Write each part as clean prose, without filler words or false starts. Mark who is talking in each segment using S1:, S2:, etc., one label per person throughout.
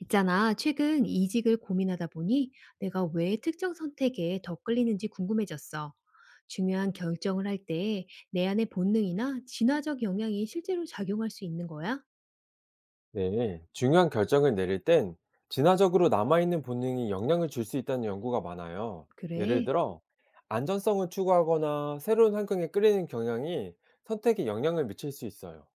S1: 있잖아, 최근 이직을 고민하다 보니 내가 왜 특정 선택에 더 끌리는지 궁금해졌어. 중요한 결정을 할 때 내 안의 본능이나 진화적 영향이 실제로 작용할 수 있는 거야?
S2: 네, 중요한 결정을 내릴 땐 진화적으로 남아있는 본능이 영향을 줄 수 있다는 연구가 많아요. 예를
S1: 그래.
S2: 들어, 안전성을 추구하거나 새로운 환경에 끌리는 경향이 선택에 영향을 미칠 수 있어요.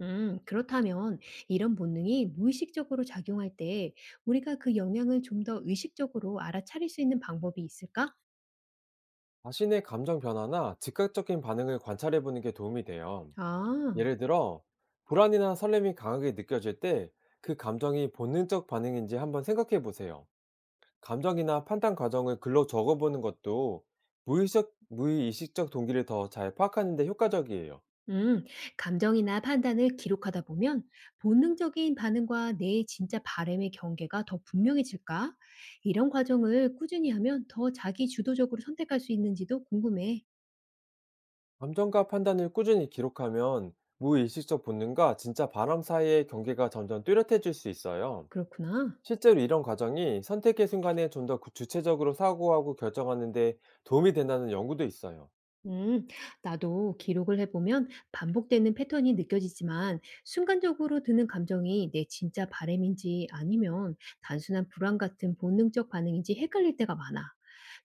S1: 그렇다면 이런 본능이 무의식적으로 작용할 때 우리가 그 영향을 좀 더 의식적으로 알아차릴 수 있는 방법이 있을까?
S2: 자신의 감정 변화나 즉각적인 반응을 관찰해보는 게 도움이 돼요.
S1: 아.
S2: 예를 들어, 불안이나 설렘이 강하게 느껴질 때 그 감정이 본능적 반응인지 한번 생각해보세요. 감정이나 판단 과정을 글로 적어보는 것도 무의식적 동기를 더 잘 파악하는 데 효과적이에요.
S1: 음, 감정이나 판단을 기록하다 보면 본능적인 반응과 내 진짜 바람의 경계가 더 분명해질까? 이런 과정을 꾸준히 하면 더 자기 주도적으로 선택할 수 있는지도 궁금해.
S2: 감정과 판단을 꾸준히 기록하면 무의식적 본능과 진짜 바람 사이의 경계가 점점 뚜렷해질 수 있어요.
S1: 그렇구나.
S2: 실제로 이런 과정이 선택의 순간에 좀 더 주체적으로 사고하고 결정하는 데 도움이 된다는 연구도 있어요.
S1: 음, 나도 기록을 해보면 반복되는 패턴이 느껴지지만 순간적으로 드는 감정이 내 진짜 바램인지 아니면 단순한 불안 같은 본능적 반응인지 헷갈릴 때가 많아.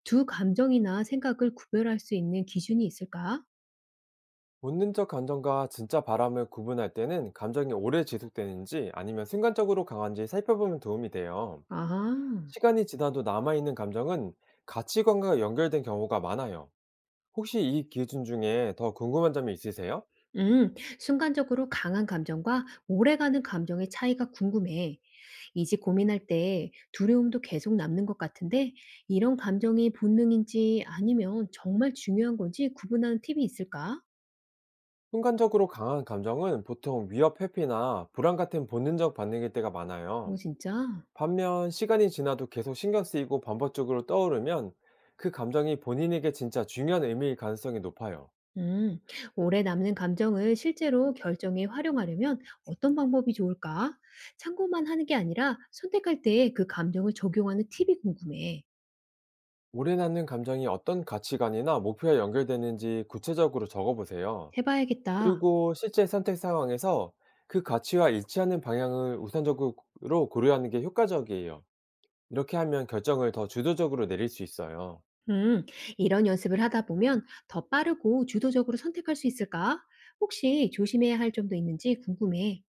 S1: 두 감정이나 생각을 구별할 수 있는 기준이 있을까?
S2: 본능적 감정과 진짜 바람을 구분할 때는 감정이 오래 지속되는지 아니면 순간적으로 강한지 살펴보면 도움이 돼요.
S1: 아.
S2: 시간이 지나도 남아있는 감정은 가치관과 연결된 경우가 많아요. 혹시 이 기준 중에 더 궁금한 점이 있으세요?
S1: 음. 순간적으로 강한 감정과 오래가는 감정의 차이가 궁금해. 이제 고민할 때 두려움도 계속 남는 것 같은데 이런 감정이 본능인지 아니면 정말 중요한 건지 구분하는 팁이 있을까?
S2: 순간적으로 강한 감정은 보통 위협 회피나 불안 같은 본능적 반응일 때가
S1: 오,
S2: 많아요.
S1: 진짜?
S2: 반면 시간이 지나도 계속 신경 쓰이고 반복적으로 떠오르면 그 감정이 본인에게 진짜 중요한 의미일 가능성이 높아요.
S1: 음. 오래 남는 감정을 실제로 결정에 활용하려면 어떤 방법이 좋을까? 참고만 하는 게 아니라 선택할 때 그 감정을 적용하는 팁이 궁금해.
S2: 오래 남는 감정이 어떤 가치관이나 목표와 연결되는지 구체적으로 적어보세요.
S1: 해 봐야겠다.
S2: 그리고 실제 선택 상황에서 그 가치와 일치하는 방향을 우선적으로 고려하는 게 효과적이에요. 이렇게 하면 결정을 더 주도적으로 내릴 수 있어요.
S1: 음, 이런 연습을 하다 보면 더 빠르고 주도적으로 선택할 수 있을까? 혹시 조심해야 할 점도 있는지 궁금해.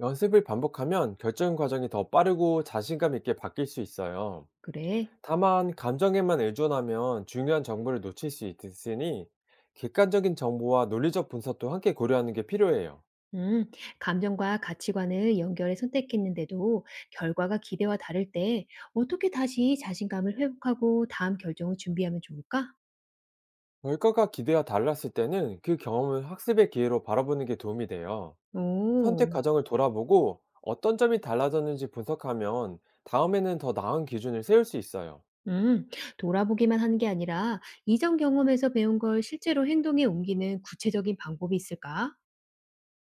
S2: 연습을 반복하면 결정 과정이 더 빠르고 자신감 있게 바뀔 수 있어요.
S1: 그래.
S2: 다만, 감정에만 의존하면 중요한 정보를 놓칠 수 있으니 객관적인 정보와 논리적 분석도 함께 고려하는 게 필요해요.
S1: 음, 감정과 가치관을 연결해 선택했는데도 결과가 기대와 다를 때 어떻게 다시 자신감을 회복하고 다음 결정을 준비하면 좋을까?
S2: 결과가 기대와 달랐을 때는 그 경험을 학습의 기회로 바라보는 게 도움이 돼요. 선택
S1: 오,
S2: 과정을 돌아보고 어떤 점이 달라졌는지 분석하면 다음에는 더 나은 기준을 세울 수 있어요.
S1: 음, 돌아보기만 하는 게 아니라 이전 경험에서 배운 걸 실제로 행동에 옮기는 구체적인 방법이 있을까?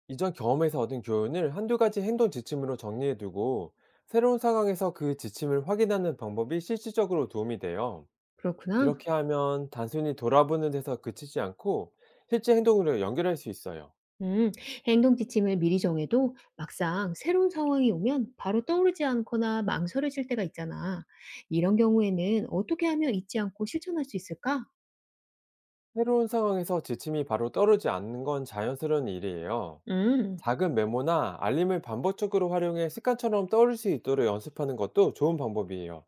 S2: 이전 경험에서 얻은 교훈을 한두 가지 행동 지침으로 정리해두고 새로운 상황에서 그 지침을 확인하는 방법이 실질적으로 도움이 돼요.
S1: 그렇구나.
S2: 이렇게 하면 단순히 돌아보는 데서 그치지 않고 실제 행동으로 연결할 수 있어요.
S1: 음, 행동 지침을 미리 정해도 막상 새로운 상황이 오면 바로 떠오르지 않거나 망설여질 때가 있잖아. 이런 경우에는 어떻게 하면 잊지 않고 실천할 수 있을까?
S2: 새로운 상황에서 지침이 바로 떨어지 않는 건 자연스러운 일이에요.
S1: 음,
S2: 작은 메모나 알림을 반복적으로 활용해 습관처럼 떠올릴 수 있도록 연습하는 것도 좋은 방법이에요.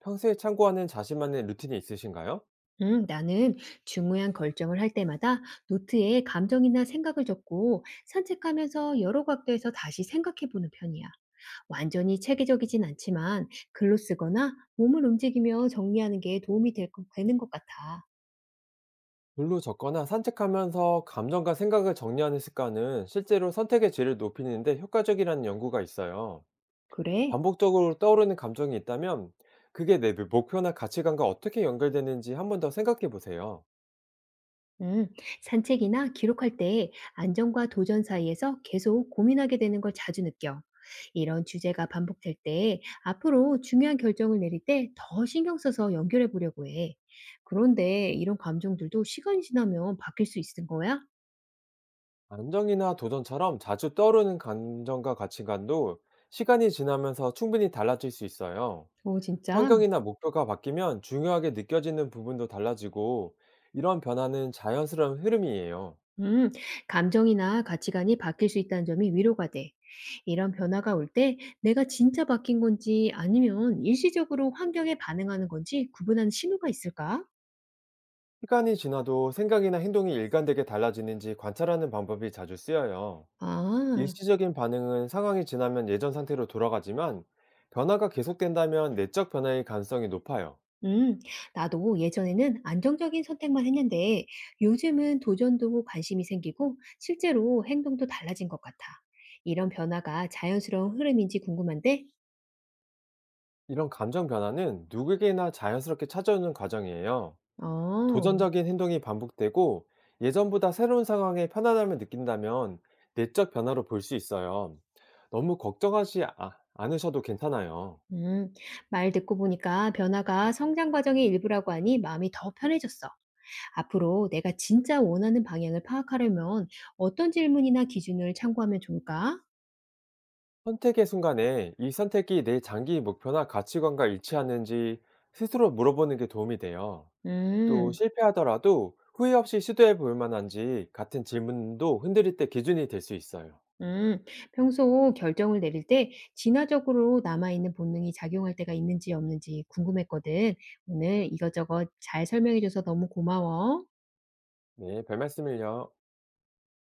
S2: 평소에 참고하는 자신만의 루틴이 있으신가요?
S1: 나는 중요한 결정을 할 때마다 노트에 감정이나 생각을 적고 산책하면서 여러 각도에서 다시 생각해 보는 편이야. 완전히 체계적이진 않지만 글로 쓰거나 몸을 움직이며 정리하는 게 되는 것 같아.
S2: 글로 적거나 산책하면서 감정과 생각을 정리하는 습관은 실제로 선택의 질을 높이는데 효과적이라는 연구가 있어요.
S1: 그래?
S2: 반복적으로 떠오르는 감정이 있다면 그게 내 목표나 가치관과 어떻게 연결되는지 한 번 더 생각해 보세요.
S1: 음, 산책이나 기록할 때 안정과 도전 사이에서 계속 고민하게 되는 걸 자주 느껴. 이런 주제가 반복될 때 앞으로 중요한 결정을 내릴 때 더 신경 써서 연결해 보려고 해. 그런데 이런 감정들도 시간이 지나면 바뀔 수 있는 거야?
S2: 안정이나 도전처럼 자주 떠오르는 감정과 가치관도 시간이 지나면서 충분히 달라질 수 있어요.
S1: 오, 진짜?
S2: 환경이나 목표가 바뀌면 중요하게 느껴지는 부분도 달라지고 이런 변화는 자연스러운 흐름이에요.
S1: 음, 감정이나 가치관이 바뀔 수 있다는 점이 위로가 돼. 이런 변화가 올 때 내가 진짜 바뀐 건지 아니면 일시적으로 환경에 반응하는 건지 구분하는 신호가 있을까?
S2: 시간이 지나도 생각이나 행동이 일관되게 달라지는지 관찰하는 방법이 자주 쓰여요.
S1: 아.
S2: 일시적인 반응은 상황이 지나면 예전 상태로 돌아가지만 변화가 계속된다면 내적 변화의 가능성이 높아요.
S1: 음, 나도 예전에는 안정적인 선택만 했는데 요즘은 도전도 관심이 생기고 실제로 행동도 달라진 것 같아. 이런 변화가 자연스러운 흐름인지 궁금한데,
S2: 이런 감정 변화는 누구에게나 자연스럽게 찾아오는 과정이에요.
S1: 어,
S2: 도전적인 행동이 반복되고 예전보다 새로운 상황에 편안함을 느낀다면 내적 변화로 볼 수 있어요. 너무 걱정하지 않으셔도 괜찮아요.
S1: 음, 말 듣고 보니까 변화가 성장 과정의 일부라고 하니 마음이 더 편해졌어. 앞으로 내가 진짜 원하는 방향을 파악하려면 어떤 질문이나 기준을 참고하면 좋을까?
S2: 선택의 순간에 이 선택이 내 장기 목표나 가치관과 일치하는지 스스로 물어보는 게 도움이 돼요. 또
S1: 음.
S2: 실패하더라도 후회 없이 시도해 볼 만한지 같은 질문도 흔들릴 때 기준이 될 수 있어요.
S1: 음, 평소 결정을 내릴 때 진화적으로 남아있는 본능이 작용할 때가 있는지 없는지 궁금했거든. 오늘 이것저것 잘 설명해줘서 너무 고마워.
S2: 네, 별 말씀을요.